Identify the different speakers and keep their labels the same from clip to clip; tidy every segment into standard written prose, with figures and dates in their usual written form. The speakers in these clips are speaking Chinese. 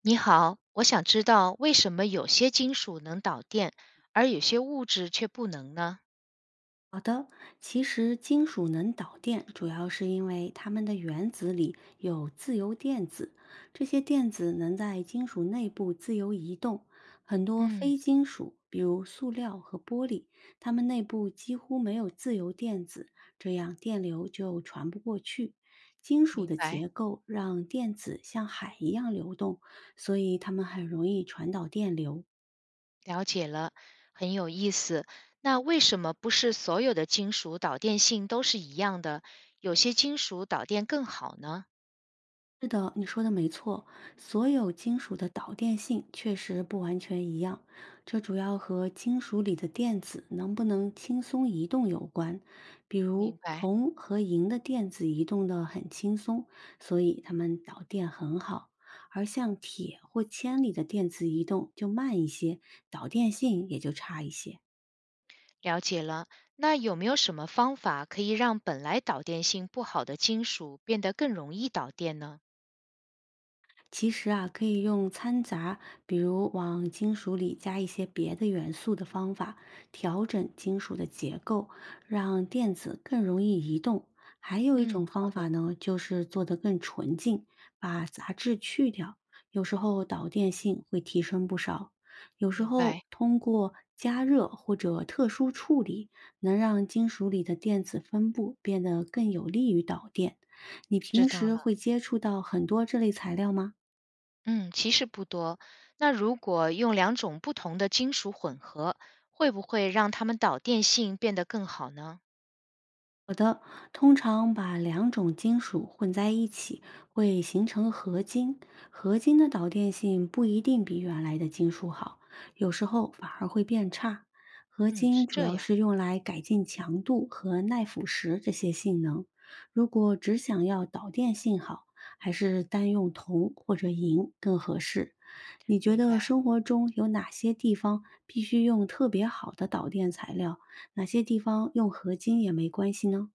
Speaker 1: 你好，我想知道为什么有些金属能导电，而有些物质却不能呢？
Speaker 2: 好的，其实金属能导电，主要是因为它们的原子里有自由电子，这些电子能在金属内部自由移动。很多
Speaker 1: 嗯，
Speaker 2: 非金属，比如塑料和玻璃，它们内部几乎没有自由电子，这样电流就传不过去。金属
Speaker 1: 明
Speaker 2: 的
Speaker 1: 白，
Speaker 2: 结构让电子像海一样流动，所以它们很容易传导电流。
Speaker 1: 了解了，很有意思。那为什么不是所有的金属导电性都是一样的？有些金属导电更好呢？
Speaker 2: 是的，你说的没错，所有金属的导电性确实不完全一样，这主要和金属里的电子能不能轻松移动有关。比
Speaker 1: 明
Speaker 2: 如
Speaker 1: 白，
Speaker 2: 铜和银的电子移动的很轻松，所以它们导电很好；而像铁或铅里的电子移动就慢一些，导电性也就差一些。
Speaker 1: 了解了。那有没有什么方法可以让本来导电性不好的金属变得更容易导电呢？
Speaker 2: 其实啊，可以用掺杂，比如往金属里加一些别的元素的方法，调整金属的结构，让电子更容易移动。还有一
Speaker 1: 嗯，
Speaker 2: 种
Speaker 1: 好
Speaker 2: 方法
Speaker 1: 的，
Speaker 2: 呢，就是做得更纯净，把杂质去掉，有时候导电性会提升不少。有时
Speaker 1: 明白，
Speaker 2: 候通过加热或者特殊处理，能让金属里的电子分布变得更有利于导电。你平
Speaker 1: 知道
Speaker 2: 时
Speaker 1: 了。
Speaker 2: 会接触到很多这类材料吗？
Speaker 1: 嗯，其实不多。那如果用两种不同的金属混合，会不会让它们导电性变得更好呢？
Speaker 2: 好的，通常把两种金属混在一起，会形成合金。合金的导电性不一定比原来的金属好，有时候反而会变差。合
Speaker 1: 嗯，是
Speaker 2: 金主
Speaker 1: 这
Speaker 2: 要
Speaker 1: 样，
Speaker 2: 是用来改进强度和耐腐蚀这些性能。如果只想要导电性好，还是单用铜或者银更合适。你觉
Speaker 1: 明白。
Speaker 2: 得生活中有哪些地方必须用特别好的导电材料，哪些地方用合金也没关系呢？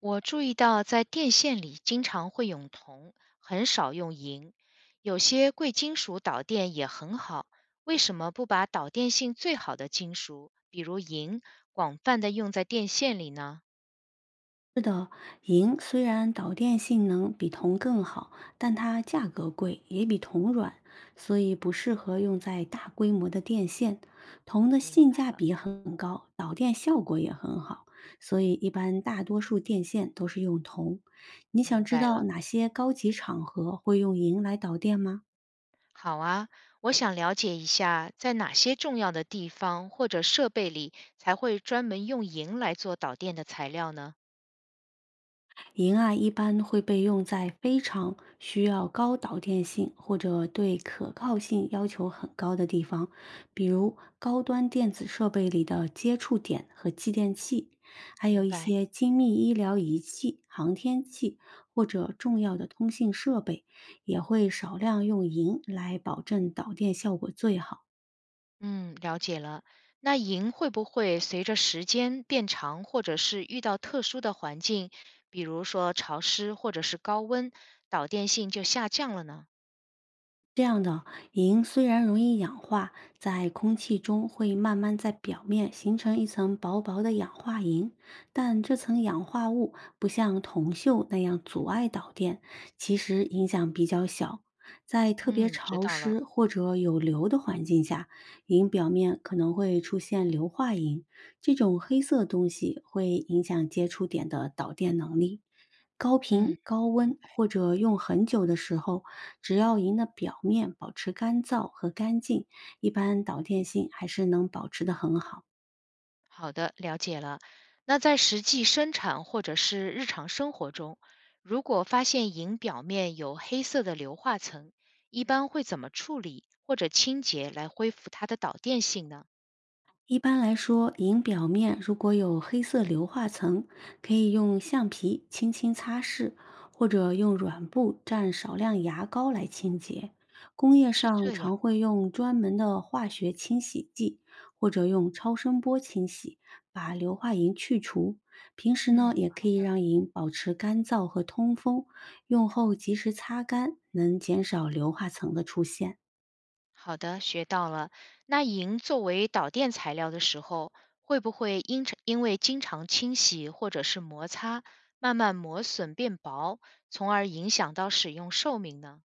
Speaker 1: 我注意到在电线里经常会用铜，很少用银。有些贵金属导电也很好，为什么不把导电性最好的金属，比如银，广泛的用在电线里呢？
Speaker 2: 是的，银虽然导电性能比铜更好，但它价格贵，也比铜软，所以不适合用在大规模的电线。铜的
Speaker 1: 明
Speaker 2: 性价
Speaker 1: 白，
Speaker 2: 比很高，导电效果也很好，所以一般大多数电线都是用铜。你想
Speaker 1: 明
Speaker 2: 知
Speaker 1: 白
Speaker 2: 道
Speaker 1: 了。
Speaker 2: 哪些高级场合会用银来导电吗？
Speaker 1: 好啊，我想了解一下，在哪些重要的地方或者设备里才会专门用银来做导电的材料呢？
Speaker 2: 银啊一般会被用在非常需要高导电性或者对可靠性要求很高的地方，比如高端电子设备里的接触点和继电器，还有
Speaker 1: 明
Speaker 2: 一
Speaker 1: 白，
Speaker 2: 些精密医疗仪器、航天器或者重要的通信设备，也会少量用银来保证导电效果最好。
Speaker 1: 嗯，了解了。那银会不会随着时间变长，或者是遇到特殊的环境，比如说潮湿或者是高温，导电性就下降了呢？
Speaker 2: 这样的银虽然容易氧化，在空气中会慢慢在表面形成一层薄薄的氧化银，但这层氧化物不像铜锈那样阻碍导电，其实影响比较小。在特别
Speaker 1: 嗯，知
Speaker 2: 潮
Speaker 1: 道了。
Speaker 2: 湿或者有硫的环境下，银表面可能会出现硫化银，这种黑色东西会影响接触点的导电能力。高
Speaker 1: 嗯，
Speaker 2: 频、高
Speaker 1: 明
Speaker 2: 温
Speaker 1: 白。
Speaker 2: 或者用很久的时候，只要银的表面保持干燥和干净，一般导电性还是能保持的很好。
Speaker 1: 好的，了解了。那在实际生产或者是日常生活中，如果发现银表面有黑色的硫化层，一般会怎么处理或者清洁来恢复它的导电性呢？
Speaker 2: 一般来说，银表面如果有黑色硫化层，可以用橡皮轻轻擦拭，或者用软布蘸少量牙膏来清洁。工业
Speaker 1: 是
Speaker 2: 上
Speaker 1: 这样，
Speaker 2: 常会用专门的化学清洗剂，或者用超声波清洗，把硫化银去除。平时呢，
Speaker 1: 嗯，
Speaker 2: 也可以让银保持干燥和通风，用后及时擦干，能减少硫化层的出现。
Speaker 1: 好的，学到了。那银作为导电材料的时候，会不会因常因为经常清洗或者是摩擦，慢慢磨损变薄，从而影响到使用寿命呢？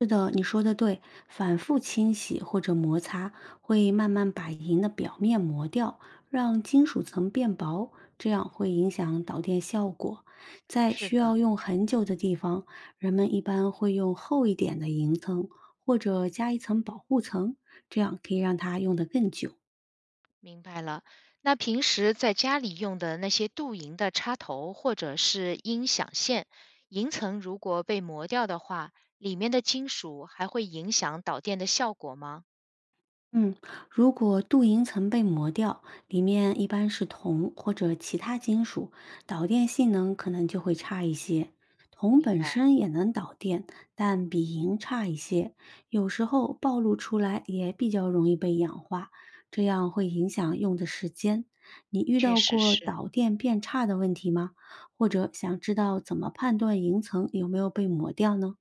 Speaker 2: 是的，你说的对，反复清洗或者摩擦会慢慢把银的表面磨掉，让金属层变薄，这样会影响导电效果。在
Speaker 1: 是
Speaker 2: 需要
Speaker 1: 的，
Speaker 2: 用很久的地方，人们一般会用厚一点的银层，或者加一层保护层，这样可以让它用得更久。
Speaker 1: 明白了。那平时在家里用的那些镀银的插头或者是音响线，银层如果被磨掉的话，里面的金属还会影响导电的效果吗？
Speaker 2: 嗯，如果镀银层被磨掉，里面一般是铜或者其他金属，导电性能可能就会差一些。铜
Speaker 1: 明
Speaker 2: 本
Speaker 1: 白，
Speaker 2: 身也能导电，但比银差一些，有时候暴露出来也比较容易被氧化，这样会影响用的时间。你遇
Speaker 1: 确
Speaker 2: 到
Speaker 1: 实
Speaker 2: 过
Speaker 1: 是。
Speaker 2: 导电变差的问题吗？或者想知道怎么判断银层有没有被磨掉呢？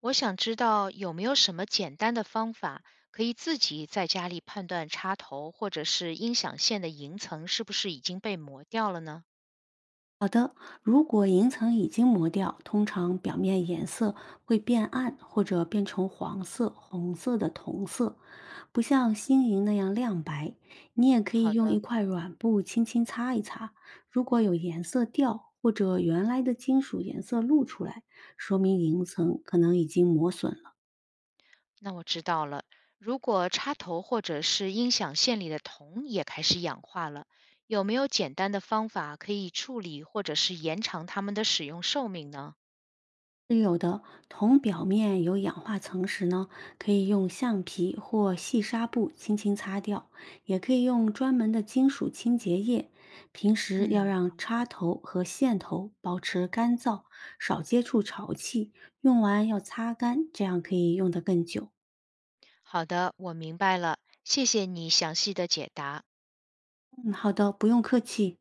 Speaker 1: 我想知道有没有什么简单的方法可以自己在家里判断插头或者是音响线的银层是不是已经被磨掉了呢？
Speaker 2: 好的，如果银层已经磨掉，通常表面颜色会变暗或者变成黄色、红色的铜色，不像新银那样亮白。你也可以
Speaker 1: 好
Speaker 2: 用一
Speaker 1: 的，
Speaker 2: 块软布轻轻擦一擦，如果有颜色掉或者原来的金属颜色露出来，说明银层可能已经磨损了。
Speaker 1: 那我知道了。如果插头或者是音响线里的铜也开始氧化了，有没有简单的方法可以处理或者是延长它们的使用寿命呢？
Speaker 2: 是有的，铜表面有氧化层时呢，可以用橡皮或细纱布轻轻擦掉，也可以用专门的金属清洁液。平时要
Speaker 1: 嗯，
Speaker 2: 让插头和线头保持干燥，少接触潮气，用完要擦干，这样可以用得更久。
Speaker 1: 好的，我明白了，谢谢你详细的解答。
Speaker 2: 嗯，好的，不用客气。